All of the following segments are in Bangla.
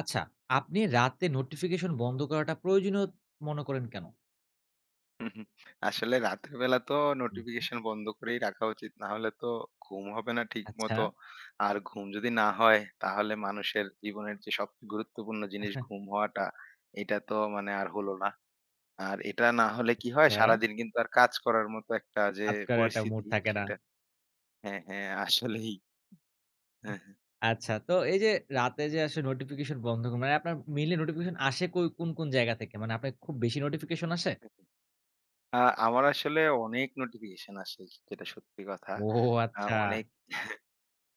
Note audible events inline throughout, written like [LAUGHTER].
আচ্ছা, আপনি রাতে নোটিফিকেশন বন্ধ করাটা প্রয়োজনীয় মনে করেন কেন? হুম, হুম। আসলে রাতের বেলা তো হুম, নোটিফিকেশন বন্ধ করেই রাখা উচিত। না হলে তো ঘুম হবে না আচ্ছা। ঠিকমতো। আর ঘুম যদি না হয় তাহলে মানুষের জীবনের যে সবচেয়ে গুরুত্বপূর্ণ জিনিস ঘুম হওয়াটা, এটা তো আর হলো না। আর এটা না হলে কি হয় হ্যাঁ, সারাদিন কিন্তু আর কাজ করার মতো একটা যে কাজ করার একটা মুড পরিস্থিতি থাকে না। সেটা হ্যাঁ, হ্যাঁ আসলেই। হ্যাঁ, হ্যাঁ। আচ্ছা, তো এই যে রাতে যে আসলে নোটিফিকেশন বন্ধ মানে আপনার মেইনলি নোটিফিকেশন আসে কই কোন, কোন জায়গা থেকে? মানে আপনার খুব বেশি নোটিফিকেশন আসে? হ্যাঁ, হ্যাঁ। আ আমার আসলে অনেক নোটিফিকেশন আসে যেটা সত্যি কথা। ও আচ্ছা। অনেক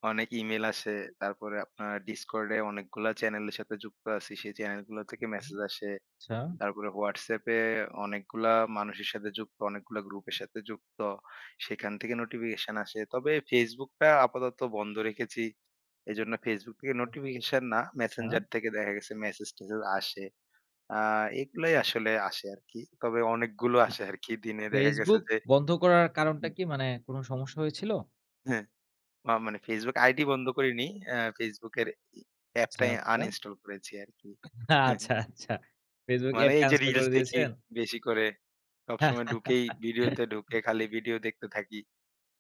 অনেক ইমেইল আসে। তারপরে আপনার Discord এ অনেকগুলা চ্যানেলের সাথে যুক্ত আছি। সেই চ্যানেলগুলো থেকে মেসেজ আসে। আচ্ছা। তারপরে WhatsApp এ অনেকগুলা মানুষের সাথে যুক্ত, অনেকগুলা গ্রুপের সাথে যুক্ত। সেখান থেকে নোটিফিকেশন আসে। তবে Facebook টা আপাতত বন্ধ রেখেছি। এজন্য Facebook থেকে নোটিফিকেশন না, আচ্ছা। Messenger থেকে দেখা গেছে মেসেজ-টেসেজ আসে। আ এগুলাই আসলে আসে আরকি। তবে অনেকগুলো না, আসে আরকি। দিনে দেখা গেছে Facebook যে বন্ধ করার কারণটা হুম। কি? মানে কোন সমস্যা হয়েছিল? মানে Facebook আইডি বন্ধ করিনি। Facebook এর ই আচ্ছা, অ্যাপটাই আচ্ছা। আনইনস্টল করেছি আরকি। আচ্ছা, [LAUGHS] আচ্ছা। Facebook মানে অ্যাপই এই যে আনইনস্টল রিলস করে দেখি দিয়েছেন? বেশি করে। সবসময় ঢুকেই ভিডিওতে [LAUGHS] ঢুকে খালি ভিডিও দেখতে থাকি।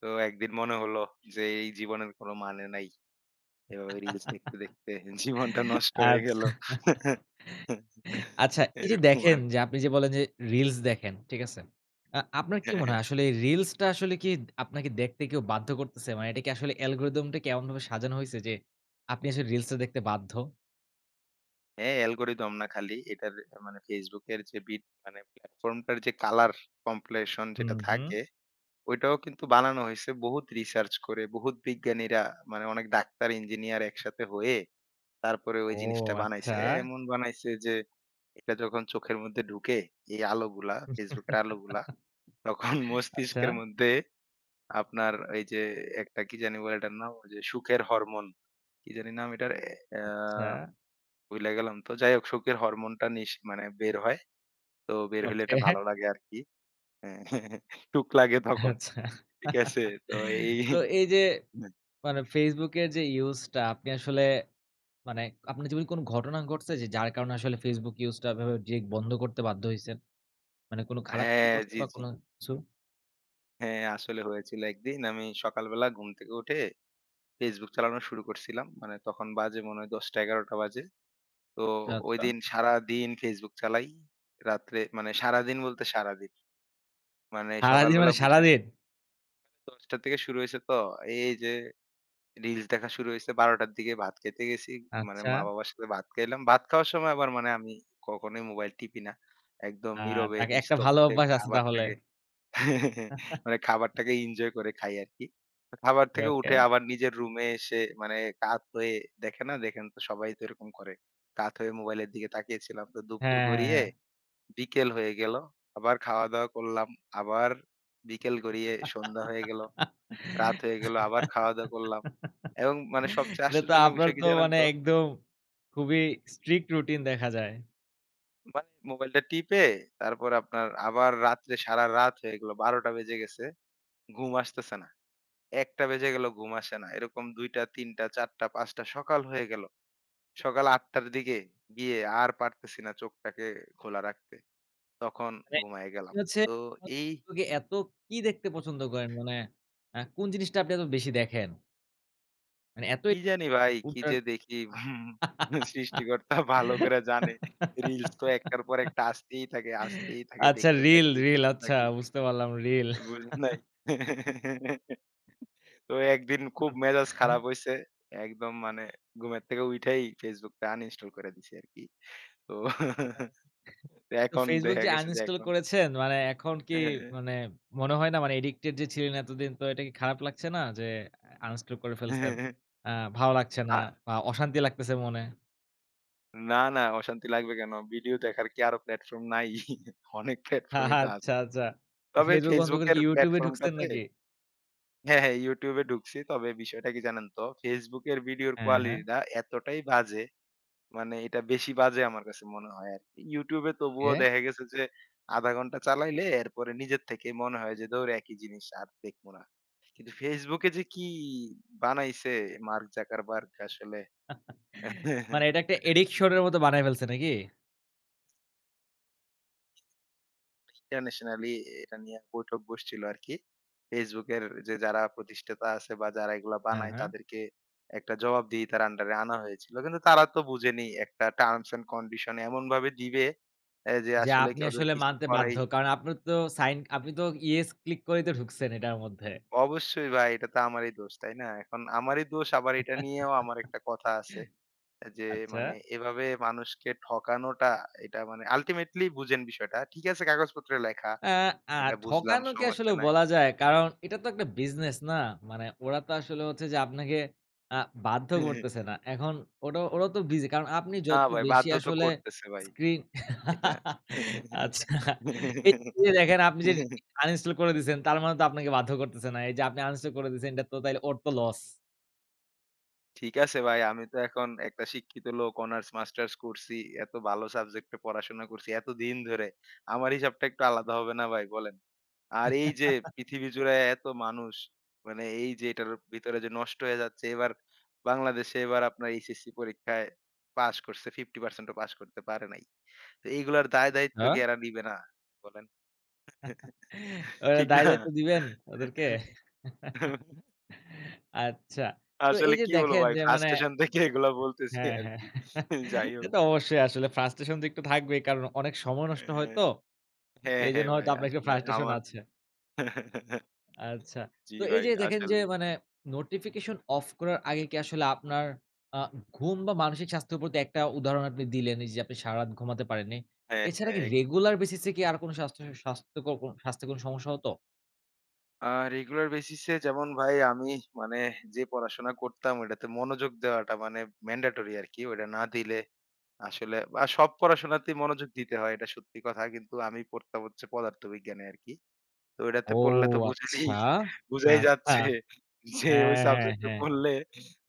তো একদিন মনে হলো যে এই জীবনের কোনো মানে নাই। এভাবে রিলস দেখতে, দেখতে [LAUGHS] জীবনটা নষ্ট হয়ে আচ্ছা। গেল। [LAUGHS] আচ্ছা, এই যে এরকম দেখেন আরকি। যে আপনি যে বলেন যে রিলস দেখেন, ঠিক আছে? আপনার কি হ্যাঁ, মনে হ্যাঁ। হয় আসলে এই রিলসটা আসলে কি আপনাকে দেখতে কেউ বাধ্য করতেছে? মানে এটা কি আসলে অ্যালগরিদমটা কি এমনভাবে সাজানো হইছে যে আপনি আসলে রিলসটা দেখতে বাধ্য? হ্যাঁ, অ্যালগরিদম না খালি এটার Facebook এর যে বিট মানে প্ল্যাটফর্মটার যে কালার কম্প্লেশন হুম, যেটা হুম। থাকে ওইটাও কিন্তু বানানো হইছে বহুত রিসার্চ করে, বহুত বিজ্ঞানীরা মানে অনেক ডাক্তার, ইঞ্জিনিয়ার একসাথে হয়ে তারপরে ওই ও জিনিসটা বানাইছে। আচ্ছা, এমন বানাইছে যে এটা যখন চোখের মধ্যে ঢুকে এই আলোগুলা, Facebook এর আলোগুলা তখন [LAUGHS] আচ্ছা, মস্তিষ্কের মধ্যে আপনার এই যে একটা কি জানি বলে এটার নাম? ওই যে সুখের হরমোন। কি জানি নাম এটার? অ্যা আচ্ছা। ভুইলা গেলাম তো। যাই হোক সুখের হরমোনটা নিস মানে বের হয়। তো বের হইলে ওকে, এটা ভালো লাগে আরকি। হ্যাঁ, [LAUGHS] সুখ লাগে তখন। আচ্ছা। ঠিক আছে? তো এই তো এই যে [LAUGHS] মানে Facebook এর যে ইউজটা আপনি আসলে মানে আপনার জীবনে কোনো ঘটনা ঘটছে যে যার কারণে আসলে Facebook ইউজটা এভাবে ডিরেক্ট বন্ধ করতে বাধ্য হইছেন? মানে কোনো খারাপ কিছু হ্যাঁ, ঘটছে জি, বা জি। কোনো কিছু? হ্যাঁ, আসলে হয়েছিল একদিন। আমি সকালবেলা ঘুম থেকে উঠে Facebook চালানো শুরু করছিলাম। মানে তখন বাজে মনে হয় ১০টা-১১টা বাজে। তো আচ্ছা, আচ্ছা। ঐদিন সারাদিন Facebook চালাই। রাত্রে মানে সারাদিন বলতে সারাদিন। মানে সারাদিন সকালবেলা মানে বুঝেন সারাদিন? ১০টা থেকে শুরু হইছে তো এই যে রিলস দেখা শুরু হইছে ১২টার দিকে ভাত খেতে গেছি। মানে আচ্ছা। মা-বাবার সাথে ভাত খাইলাম। ভাত খাওয়ার সময় আবার মানে আমি কখনোই মোবাইল টিপি না। একদম আ নীরবে যাক একটা ভালো নিস্তব্ধে অভ্যাস আছে তাহলে। খাবারটাকে খাবারটাকে এনজয় করে খাই আরকি। তো খাবার ওকে, থেকে ওকে। উঠে আবার নিজের রুমে এসে মানে কাত হয়ে দেখে না? দেখেন তো সবাই তো এরকম করে। কাত হয়ে মোবাইলের দিকে তাকিয়েছিলাম। তো দুপুর হ্যাঁ, হ্যাঁ, গড়িয়ে হ্যাঁ। বিকেল হয়ে গেল। আবার খাওয়া-দাওয়া করলাম। আবার বিকেল গড়িয়ে সন্ধ্যা হয়ে গেল। রাত হয়ে গেল। আবার খাওয়া-দাওয়া করলাম। এবং মানে সবচেয়ে এটা তো আশ্চর্যজনক আপনার বিষয় কি তো জানেন মানে তো? একদম খুবই স্ট্রিক্ট রুটিন দেখা যায়। মানে মোবাইলটা টিপে তারপর আপনার আবার রাত্রে সারারাত হয়ে গেল। ১২ঃ০০ বেজে গেছে। ঘুম আসতেছে না। ১টা বেজে গেল ঘুম আসে না। এরকম ২টা, ৩টা, ৪টা, ৫টা সকাল হয়ে গেল। সকাল ৮টার দিকে গিয়ে আর পারতেছি না চোখটাকে খোলা রাখতে। তখন মানে ঘুমায়ে আপনি গেলাম। হচ্ছে তো এই ফেসবুকে এত কি দেখতে পছন্দ করেন? মানে কোন জিনিসটা আপনি এত বেশি দেখেন? মানে এতই কি জানি ভাই কি ওটা যে দেখি [LAUGHS] সৃষ্টিকর্তা ভালো করে জানে। রিলস তো একটার পর একটা আসতেই থাকে, আসতেই থাকে। আচ্ছা দেখতে রিল, থাকি, রিল দেখতে আচ্ছা থাকি। বুঝতে পারলাম রিল। বুঝেন নাই? [LAUGHS] তো একদিন খুব মেজাজ খারাপ হইছে। একদম মানে ঘুমের থেকে উইঠাই Facebook টা uninstall করে দিছি আরকি। তো [LAUGHS] তো এখন Facebook দেখা যে গেছে যে uninstall এখন করেছেন মানে এখন কি হ্যাঁ। মানে মনে হয় না মানে addicted যে ছিলেন এতদিন তো এটা কি খারাপ লাগছে না যে uninstall করে ফেলছেন? হ্যাঁ। আ ভালো লাগছে না আ বা অশান্তি লাগতেছে মনে? না, না অশান্তি লাগবে কেন? ভিডিও দেখার কি আরো প্ল্যাটফর্ম নাই? অনেক প্ল্যাটফর্মই তো আছে। আচ্ছা, আচ্ছা। তবে Facebook বন্ধ Facebook করে এর কি YouTube এ ঢুকছেন প্ল্যাটফর্মটাতে নাকি? হ্যাঁ, হ্যাঁ YouTube এ ঢুকছি। তবে বিষয়টা কি জানেন তো? Facebook এর ভিডিওর হ্যাঁ, হ্যাঁ। কোয়ালিটিটা এতটাই বাজে, মানে এটা বেশি বাজে আমার কাছে মনে হয় আরকি। YouTube এ তবুও এ দেখা গেছে যে ০.৫ ঘন্টা চালাইলে এরপরে নিজের থেকেই মনে হয় যে ধুর একই জিনিস আর দেখব না। কিন্তু Facebook এ যে কি বানাইছে মার্ক জাকারবার্গ আসলে মানে এটা [LAUGHS] একটা addiction এর মতো বানায় ফেলছে নাকি? ইন্টারন্যাশনালি এটা নিয়ে বৈঠক বসছিল আরকি। ফেসবুকের যে যারা প্রতিষ্ঠাতা আছে বা যারা এগুলা হ্যাঁ, বানায় হ্যাঁ। তাদেরকে একটা জবাবদিহিতার আন্ডারে আনা হয়েছিল। কিন্তু তারা তো বুঝেনি একটা টার্মস অ্যান্ড কন্ডিশন এমনভাবে দিবে যে যে আসলে কি আপনি ওদের আসলে কিছু মানতে বাধ্য। করাই কারণ আপনার তো সাইন আপনি তো ইয়েস ক্লিক করেই তো ঢুকছেন এটার মধ্যে। অবশ্যই ভাই এটা তো আমারই দোষ, তাই না? এখন আমারই দোষ আবার এটা নিয়েও আমার একটা কথা আছে। যে আচ্ছা। মানে এভাবে মানুষকে ঠকানোটা এটা মানে আল্টিমেটলি বুঝেন বিষয়টা। ঠিক আছে কাগজপত্রে লেখা, আ আ এটা বুঝলাম ঠকানো কি আসলে সমস্যা নাই। বলা যায়? কারণ এটা তো একটা বিজনেস না? মানে ওরা তো আসলে হচ্ছে যে আপনাকে আ বাধ্য করতেছে [LAUGHS] না। এখন ওটা ওরা তো বিজি। কারণ আপনি না যত ভাই বেশি বাধ্য তো আসলে করতেছে ভাই। স্ক্রিন এটা [LAUGHS] আচ্ছা। এই যে দেখেন আপনি যে আনইনস্টল করে দিছেন তার মানে তো আপনাকে বাধ্য করতেছে না। এই যে আপনি আনইনস্টল করে দিছেন এটা তো তাইলে ওর তো লস। ঠিক আছে ভাই। আমি তো এখন একটা শিক্ষিত লোক অনার্স মাস্টার্স করছি। এত ভালো সাবজেক্টে পড়াশোনা করছি এতদিন ধরে। আমার হিসাবটা একটু আলাদা হবে না ভাই বলেন? আর এই যে পৃথিবী জুড়ে এত মানুষ মানে এই যে এটার ভিতরে যে নষ্ট হয়ে যাচ্ছে এবার বাংলাদেশে এবার আপনার এইচএসসি পরীক্ষায় পাস করছে 50% ও পাস করতে পারে নাই। তো এইগুলার দায় দায়িত্ব আচ্ছা। কি এরা নিবে না? বলেন? ওরা ঠিক না? দায়-দায়িত্ব দিবেন ওদেরকে? আচ্ছা। তো এই আসলে যে কি বলবো দেখেন ভাই যে মানে ফ্রাস্ট্রেশন থেকে এগুলা বলতেছি হ্যাঁ, হ্যাঁ। আরকি। যাই এটা হোক। তো অবশ্যই আসলে frustration তো একটু থাকবেই। কারণ অনেক সময় নষ্ট হয় হ্যাঁ, তো। তো হ্যাঁ, এইজন্য হ্যাঁ ভাই হয়তো আপনার একটু আসলে frustration আমার আছে। আচ্ছা। জি তো এই ভাই যে দেখেন যে আসলেই। মানে নোটিফিকেশন অফ করার আগে কি আসলে আপনার আ ঘুম বা মানসিক স্বাস্থ্যের প্রতি একটা উদাহরণ আপনি দিলেন এই যে আপনি সারারাত ঘুমাতে পারেননি। হ্যাঁ, এছাড়া কি হ্যাঁ। রেগুলার বেসিস এ কি আর কোন স্বাস্থ্য স্বাস্থ্যকর কোন স্বাস্থ্যে কোন সমস্যা হতো? আ রেগুলার বেসিস এ যেমন ভাই আমি মানে যে পড়াশোনা করতাম ওইটাতে মনোযোগ দেওয়াটা মানে ম্যান্ডেটরি আরকি। ওইটা না দিলে আসলে সব পড়াশোনাতেই মনোযোগ দিতে হয় এটা সত্যি কথা। কিন্তু আমি পড়তাম হচ্ছে পদার্থবিজ্ঞানে আরকি। তো ও ওইটাতে পড়লে তো বুঝেনি আচ্ছা। বুঝাই আচ্ছা। যাচ্ছে যে ওই হ্যাঁ, হ্যাঁ, সাবজেক্টে হ্যাঁ। পড়লে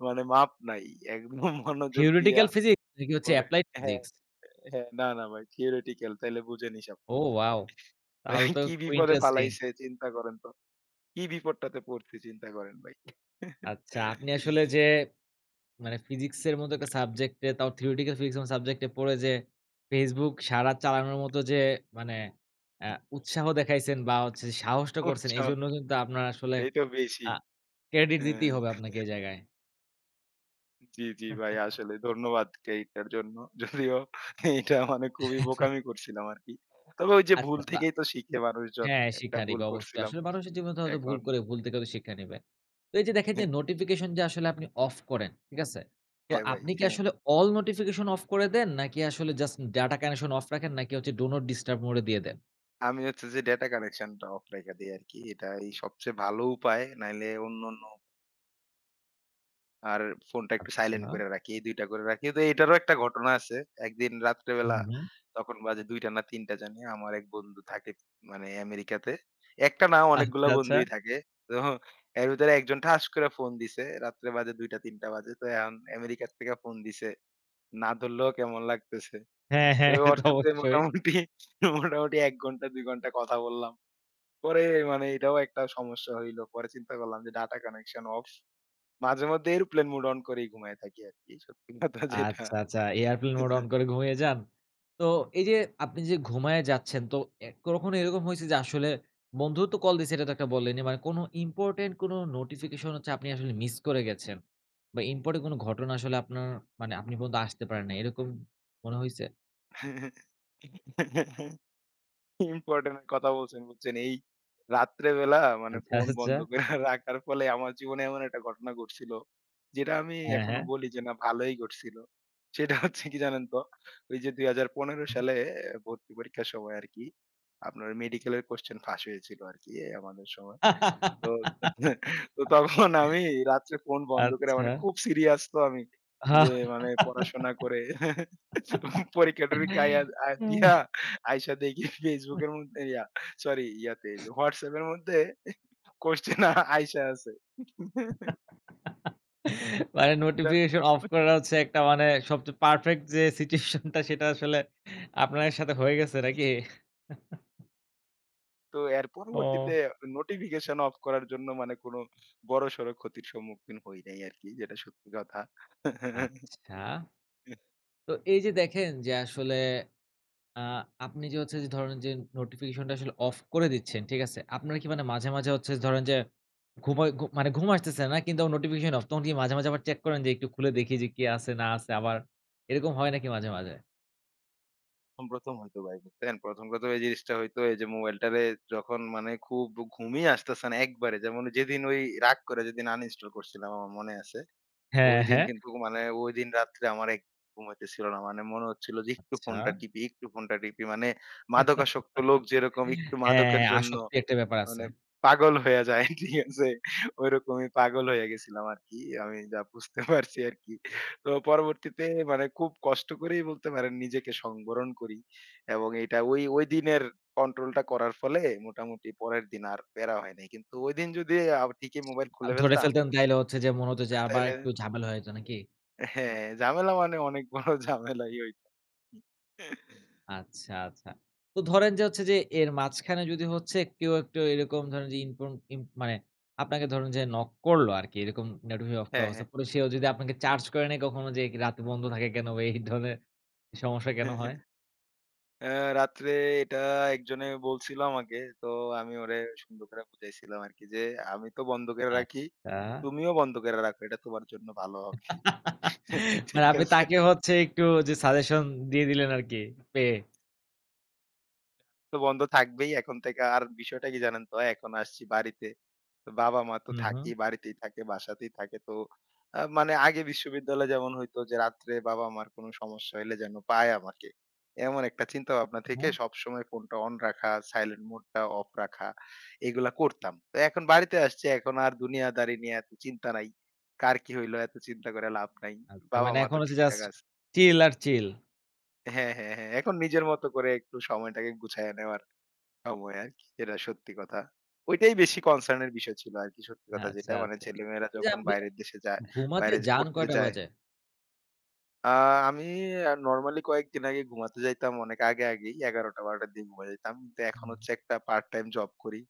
মানে মাপ নাই। একদম [LAUGHS] মনোযোগ দিয়া theoretical physics নাকি হচ্ছে পড়ে applied হ্যাঁ, physics? হ্যাঁ। না, না ভাই theoretical তাইলে বুঝেন হিসাবটা ও ভাই। ওয়াও! তাহলে হ্যাঁ, তো কি খুবই বিপদে ইন্টারেস্টিং। ফালাইছে চিন্তা করেন তো। কি বিপদটাতে পড়ছি চিন্তা করেন ভাই। আচ্ছা, আপনি আসলে যে [LAUGHS] মানে physics এর মতো একটা সাবজেক্টে তাও theoretical physics এর মতো সাবজেক্টে পড়ে যে Facebook সারা চালানোর মতো যে মানে অ্যা উৎসাহ দেখাইছেন বা হচ্ছে সাহসটা করছেন বুঝছো? এজন্য কিন্তু আপনার আসলে এটাই তো বেশি। আ ক্রেডিট হ্যাঁ। দিতেই হবে আপনাকে এই জায়গায়। জি, জি ভাই আসলে ধন্যবাদ এইটার জন্য। যদিও এইটা মানে খুবই বোকামি করছিলাম আরকি। তবে ওই যে ভুল আচ্ছা তো থেকেই তো শিখে মানুষজন। হ্যাঁ, একটা শিক্ষা ভুল নিবে অবশ্যই। করছিলাম। আসলে মানুষের জীবনে তো হয়তো ভুল এখন করে, ভুল থেকে হয়তো শিক্ষা নিবে। তো এই যে দেখেন যে নোটিফিকেশন যে আসলে আপনি অফ করেন, ঠিক আছে? তো হ্যাঁ ভাই, আপনি কি হ্যাঁ। আসলে অল নোটিফিকেশন অফ করে দেন? নাকি আসলে জাস্ট ডাটা কানেকশন অফ রাখেন? নাকি হচ্ছে ডো নট ডিস্টার্ব মোড এ দিয়ে দেন? আমি হচ্ছে যে ডেটা কানেকশনটা অফ রাইখা দেই আরকি। এটাই সবচেয়ে ভালো উপায়। নাইলে অন্যান্য আর ফোনটা একটু আচ্ছা। সাইলেন্ট করে রাখি। এই ২ টা করে রাখি। তো এটারও একটা ঘটনা আছে। একদিন হুম, রাত্রেবেলা হুম। তখন বাজে ২ টা না ৩ টা জানি। আমার এক বন্ধু থাকে মানে আমেরিকাতে। একটা না আচ্ছা, অনেকগুলা আচ্ছা। বন্ধুই থাকে। তো এর ভিতরে একজন ঠাস করে ফোন দিছে। রাত্রে বাজে ২ টা ৩ টা বাজে। তো এখন আমেরিকা থেকে ফোন দিছে। না ধরলেও কেমন লাগতেছে। হ্যাঁ, তো হ্যাঁ, এটা ওর তো সাথে অবশ্যই। মোটামুটি ১ ঘন্টা ২ ঘন্টা কথা বললাম। পরে মানে এটাও একটা সমস্যা হইল। পরে চিন্তা করলাম যে ডাটা কানেকশন অফ। মাঝে মধ্যে এরোপ্লেন মুড অন করেই ঘুমায় থাকি আরকি। সত্যি কথা যেটা। আচ্ছা, আচ্ছা। এয়ারপ্লেন মোড অন করে ঘুমিয়ে যান। তো এই যে আপনি যে ঘুমায়ে যাচ্ছেন তো কখনো এরকম হইছে যে আসলে বন্ধু তো কল দিছে এটা তো একটা বললেনই। মানে কোনো ইম্পোর্টেন্ট কোনো নোটিফিকেশন হচ্ছে আপনি আসলে মিস করে গেছেন বা ইম্পোর্টেন্ট কোনো ঘটনা আসলে আপনার মানে আপনি পর্যন্ত আসতে পারেন নাই। এরকম মনে হইছে? ইম্পোর্টেন্ট কথা বলছেন, বুঝছেন? এই রাত্রে বেলা মানে আচ্ছা, ফোন আচ্ছা। বন্ধ করে রাখার ফলে আমার জীবনে এমন একটা ঘটনা ঘটছিল, যেটা আমি হ্যাঁ, এখনো হ্যাঁ। বলি যে না ভালোই ঘটছিল। সেটা হচ্ছে কি জানেন তো? ওই যে ২০১৫ হুম। সালে ভর্তি পরীক্ষার সময় আরকি, আপনার মেডিকেলের কোয়েশ্চেন ফাঁস হয়েছিল আরকি আমাদের সময়। তো তো তখন আমি রাত্রে ফোন বন্ধ করে আচ্ছা। মানে খুব সিরিয়াস তো আমি। যে মানে পড়াশোনা করে পরীক্ষা-টরীক্ষা আয়া আ দিয়া আইসা দেখি Facebook এর মধ্যে সরি ইয়াতে যে WhatsApp এর মধ্যে কোয়েশ্চেন আইসা আছে। মানে তা নোটিফিকেশন অফ করা হচ্ছে একটা মানে সবচেয়ে পারফেক্ট যে সিচুয়েশনটা সেটা আসলে আপনার সাথে হয়ে গেছে নাকি? তো এর ও। পরবর্তীতে নোটিফিকেশন অফ করার জন্য মানে কোনো বড়সড় ক্ষতির সম্মুখীন হই নাই আরকি যেটা সত্যি কথা। আচ্ছা। তো এই যে দেখেন যে আসলে আ আপনি যে হচ্ছে যে ধরেন যে নোটিফিকেশনটা আসলে অফ করে দিচ্ছেন, ঠিক আছে? আপনার কি মানে মাঝে, মাঝে হচ্ছে ধরেন যে ঘুমায় ঘু মানে ঘুম আসতেছে না কিন্তু নোটিফিকেশন অফ তখন কি মাঝে, মাঝে আবার চেক করেন যে একটু খুলে দেখি যে কি আছে না আছে আবার? এরকম হয় নাকি মাঝে, মাঝে? প্রথম হয়তো ভাই বুঝছেন? ১ম এই জিনিসটা হইতো এই যে মোবাইলটারে যখন মানে খুব ঘুমই আসতেছে না একবারে। যেমন যেদিন ওই রাগ করে যেদিন আনইনস্টল করছিলাম আমার মনে আছে। হ্যাঁ, ওইদিন হ্যাঁ। কিন্তু মানে ওইদিন রাত্রে আমার এক ঘুম হইতেছিল না। মানে মনে হচ্ছিল যে একটু আচ্ছা। ফোনটা টিপি, একটু ফোনটা টিপি। মানে [LAUGHS] মাদকাসক্ত লোক যেরকম হ্যাঁ, একটু মাদকের হ্যাঁ, জন্য আসক্তির একটা ব্যাপার আছে। মানে পাগল হয়ে যায়। [LAUGHS] ঠিক আছে? ঐরকমই পাগল হয়ে গেছিলাম আরকি। আমি যা বুঝতে [LAUGHS] পারছি আরকি। তো পরবর্তীতে মানে খুব কষ্ট করেই বলতে পারেন নিজেকে সংবরণ করি এবং এটা ওই দিনের কন্ট্রোলটা করার ফলে মোটামুটি পরের দিন আর প্যারা হয় নাই। কিন্তু ঐদিন যদি ঠিকই মোবাইল খুলে ধরে ফেলতাম ফেলতেন তাইলে হচ্ছে যে মনে হতো যে [LAUGHS] আবার তাইলে একটু ঝামেলা হয়ে যেত নাকি? হ্যাঁ, ঝামেলা মানে অনেক বড় [LAUGHS] ঝামেলাই হইত। আচ্ছা, আচ্ছা। তো ধরেন যে হচ্ছে যে এর মাঝখানে যদি হচ্ছে কেউ একটু এরকম ধরেন যে ইনফর্ম ইম মানে আপনাকে ধরুন যে নক করলো আরকি এরকম নোটিফিকেশন অফ করা হ্যাঁ, অবস্থা। হ্যাঁ। পরে সেও যদি আপনাকে চার্জ করে নেয় কখনো যে রাতে বন্ধ থাকে কেন বা এই ধরনের সমস্যা কেন হ্যাঁ। হয়? অ্যা রাত্রে এটা একজনে বলছিল আমাকে। তো আমি ওরে সুন্দর করে বুঝাইছিলাম আরকি যে, "আমি তো বন্ধ করে রাখি। আচ্ছা। তুমিও বন্ধ করে রাখো। এটা তোমার জন্য ভালো হবে।" [LAUGHS] [LAUGHS] মানে ঠিক আপনি আছে? তাকে হচ্ছে একটু যে সাজেশন দিয়ে দিলেন আরকি পেয়ে। তো বন্ধ থাকবেই এখন থেকে। আর বিষয়টা কি জানেন তো? এখন আসছি বাড়িতে। তো বাবা-মা তো হুম, হুম, থাকেই, বাড়িতেই থাকে, বাসাতেই থাকে। তো মানে আগে বিশ্ববিদ্যালয়ে যেমন হইতো যে রাত্রে বাবা-মার কোনো সমস্যা হইলে যেন পায় আমাকে। এমন একটা চিন্তাভাবনা থেকে হুম। সবসময় ফোনটা অন রাখা, সাইলেন্ট মোডটা অফ রাখা, এগুলা করতাম। তো এখন বাড়িতে আসছি, এখন আর দুনিয়াদারি নিয়ে এত চিন্তা নাই। কার কি হইলো এত চিন্তা করে লাভ নাই। আচ্ছা মানে বাবা-মা এখন তো হচ্ছে ঠিকঠাক জাস্ট আছে। চিল আর চিল। হ্যাঁ, হ্যাঁ, হ্যাঁ। এখন নিজের মতো করে একটু সময়টাকে গুছাইয়া নেওয়ার সময় আরকি যেটা সত্যি কথা। ওইটাই বেশি কনসার্ন এর বিষয় ছিল আরকি সত্যি কথা আচ্ছা, যেটা। মানে আচ্ছা। ছেলেমেয়েরা যে যখন আপনি বাইরের দেশে যায়, ঘুমাতে বাইরে যে যান পড়তে কয়টা যায়। বাজে? আ আমি নরমালি কয়েকদিন আগে ঘুমাতে যাইতাম অনেক আগে, আগেই ১১ঃ০০-১২ঃ০০ র দিকে ঘুমায় যাইতাম। কিন্তু এখন হুম। হচ্ছে একটা পার্ট টাইম জব করি।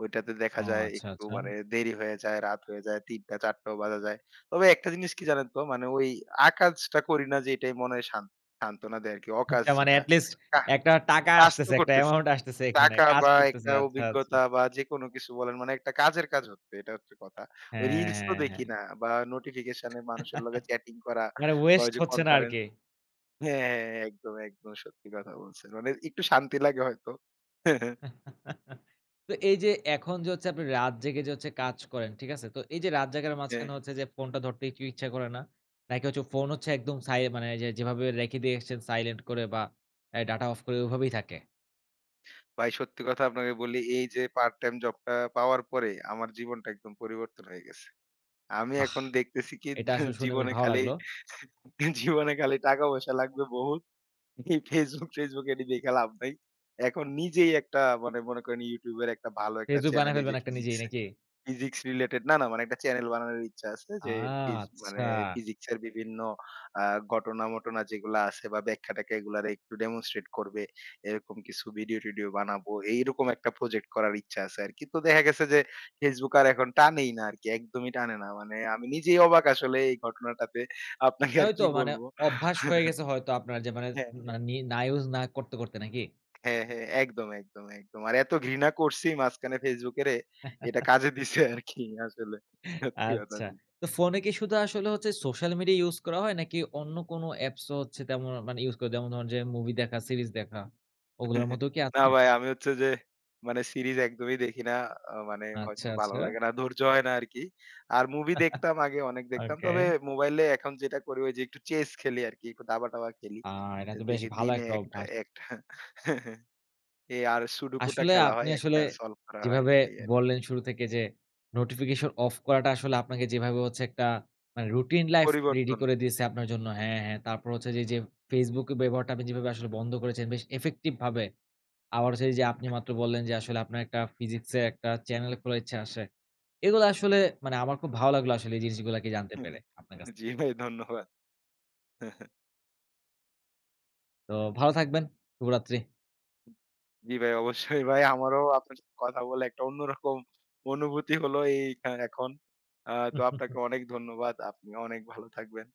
ওইটাতে দেখা ও যায় আচ্ছা, একটু আচ্ছা। মানে দেরি হয়ে যায়, রাত হয়ে যায়, ৩টা-৪টাও বাজা যায়। তবে একটা জিনিস কি জানেন তো? মানে ওই আকাজটা করি না যে এটাই মনে হয় সান্ত্বনা দেয় আরকি। অকাজ আচ্ছা মানে যেটা। এট লিস্ট কাহ একটা টাকা কাজ তো আসতেছে, একটা করতেছি। অ্যামাউন্ট আসতেছে এখানে। টাকা কাজ বা করতেছে। একটা আচ্ছা, আচ্ছা। অভিজ্ঞতা বা যেকোনো কিছু বলেন মানে একটা কাজের কাজ হচ্ছে এটা হচ্ছে কথা। ওই রিলস হ্যাঁ, তো হ্যাঁ, দেখি হ্যাঁ। না বা নোটিফিকেশন এ মানুষের লগে চ্যাটিং করা মানে বা ওই ওয়েস্ট যে হচ্ছে না কনফারেন্স আরকি। হ্যাঁ, হ্যাঁ, হ্যাঁ, হ্যাঁ, একদম, একদম সত্যি কথা বলছেন। মানে একটু শান্তি লাগে হয়তো। [LAUGHS] তো এই যে এখন যে হচ্ছে আপনি রাত জেগে যে হচ্ছে কাজ করেন, ঠিক আছে? তো এই যে রাত জাগার হ্যাঁ, মাঝখানে হচ্ছে যে ফোনটা ধরতে কি ইচ্ছা করে না? নাকি হচ্ছে ফোন হচ্ছে একদম সাই মানে যে যেভাবে রেখে দিয়ে এসছেন সাইলেন্ট করে বা ডাটা অফ করে ওভাবেই থাকে? ভাই সত্যি কথা আপনাকে বলি এই যে পার্ট টাইম জবটা পাওয়ার পরে আমার জীবনটা একদম পরিবর্তন হয়ে গেছে। আমি আহ! এখন দেখতেছি কি এটা আসলে [LAUGHS] শুনে বেশ জীবনে ভালো খালি লাগলো। জীবনে খালি টাকা পয়সা লাগবে বহু এই Facebook টেসবুক এটি দেখে লাভ নাই। এখন নিজেই একটা মানে মনে করেন YouTube এর একটা ভালো একটা ফেসবুক বানায় চ্যানেলে যে ফেলবেন একটা ফিজিক্স নিজেই নাকি? ফিজিক্স রিলেটেড না, না মানে একটা চ্যানেল বানানোর ইচ্ছা আছে যে ফিজ মানে আচ্ছা। ফিজিক্স এর বিভিন্ন আ ঘটনা-মটনা যেগুলা আছে বা ব্যাখ্যা-ট্যাখ্যা এগুলারে একটু ডেমনস্ট্রেট করবে। এরকম কিছু ভিডিও-টিডিও বানাবো। এইরকম একটা প্রজেক্ট করার ইচ্ছা আছে আরকি। তো দেখা গেছে যে Facebook আর এখন টানেই না আরকি। একদমই টানে না। মানে আমি নিজেই অবাক আসলে এই ঘটনাটাতে। আপনাকে মানে আর ওই তো কি মানে বলবো? অভ্যাস হয়ে গেছে হয়তো আপনার যে মানে হ্যাঁ, হ্যাঁ। মানে না ইউস না করতে, করতে নাকি? হ্যাঁ, হ্যাঁ। একদম, একদম, একদম। আর এত ঘৃণা করছি মাঝখানে ফেসবুকেরে এটা কাজে দিছে আরকি আসলে। সত্যি কথা আচ্ছা। যেটা। তো ফোনে কি শুধু আসলে হচ্ছে সোশ্যাল মিডিয়া ইউস করা হয় নাকি অন্য কোনো অ্যাপসও হচ্ছে তেমন মানে ইউস করে যেমন ধরেন যে মুভি দেখা, সিরিজ দেখা ওগুলোর মধ্যেও কি না আছেন? ভাই আমি হচ্ছে যে মানে সিরিজ একদমই দেখি না। মানে আচ্ছা, হয়তো ভালো আচ্ছা। লাগে না। ধৈর্য হয় না আরকি। আর মুভি [LAUGHS] দেখতাম আগে অনেক দেখতাম। ওকে। তবে মোবাইলে এখন যেটা করি ওই যে একটু চেস খেলি আরকি। একটু দাবা-টাবা খেলি। আ এটা তো বেশ দেখি ভালো দিনে একটা একটা অভ্যাস। একটা [LAUGHS] এই আর সুডুকুটা আসলে খেলা আপনি হয়। আসলে একটা সলভ করা হয় যেভাবে এই আরকি। বললেন শুরু থেকে যে নোটিফিকেশন অফ করাটা আসলে আপনাকে যেভাবে হচ্ছে একটা মানে রুটিন লাইফ রেডি পরিবর্তন। করে দিয়েছে আপনার জন্য। হ্যাঁ, হ্যাঁ। তারপর হচ্ছে যে, যে Facebook এর ব্যবহারটা আপনি যেভাবে আসলে বন্ধ করেছেন বেশ ইফেক্টিভ ভাবে। আবার হচ্ছে যে আপনি মাত্র বললেন যে আসলে আপনার একটা ফিজিক্স এর একটা চ্যানেল খোলার ইচ্ছা আছে। এগুলো আসলে মানে আমার খুব ভালো লাগলো আসলে এই জিনিসগুলাকে জানতে পেরে আপনার কাছ [LAUGHS] জি ভাই ধন্যবাদ। তো ভালো থাকবেন। শুভরাত্রি। জি ভাই, অবশ্যই ভাই। আমারও আপনার সাথে কথা বলে একটা অন্যরকম অনুভূতি হলো এই এখন। তো আপনাকে [LAUGHS] অনেক ধন্যবাদ। আপনি অনেক ভালো থাকবেন।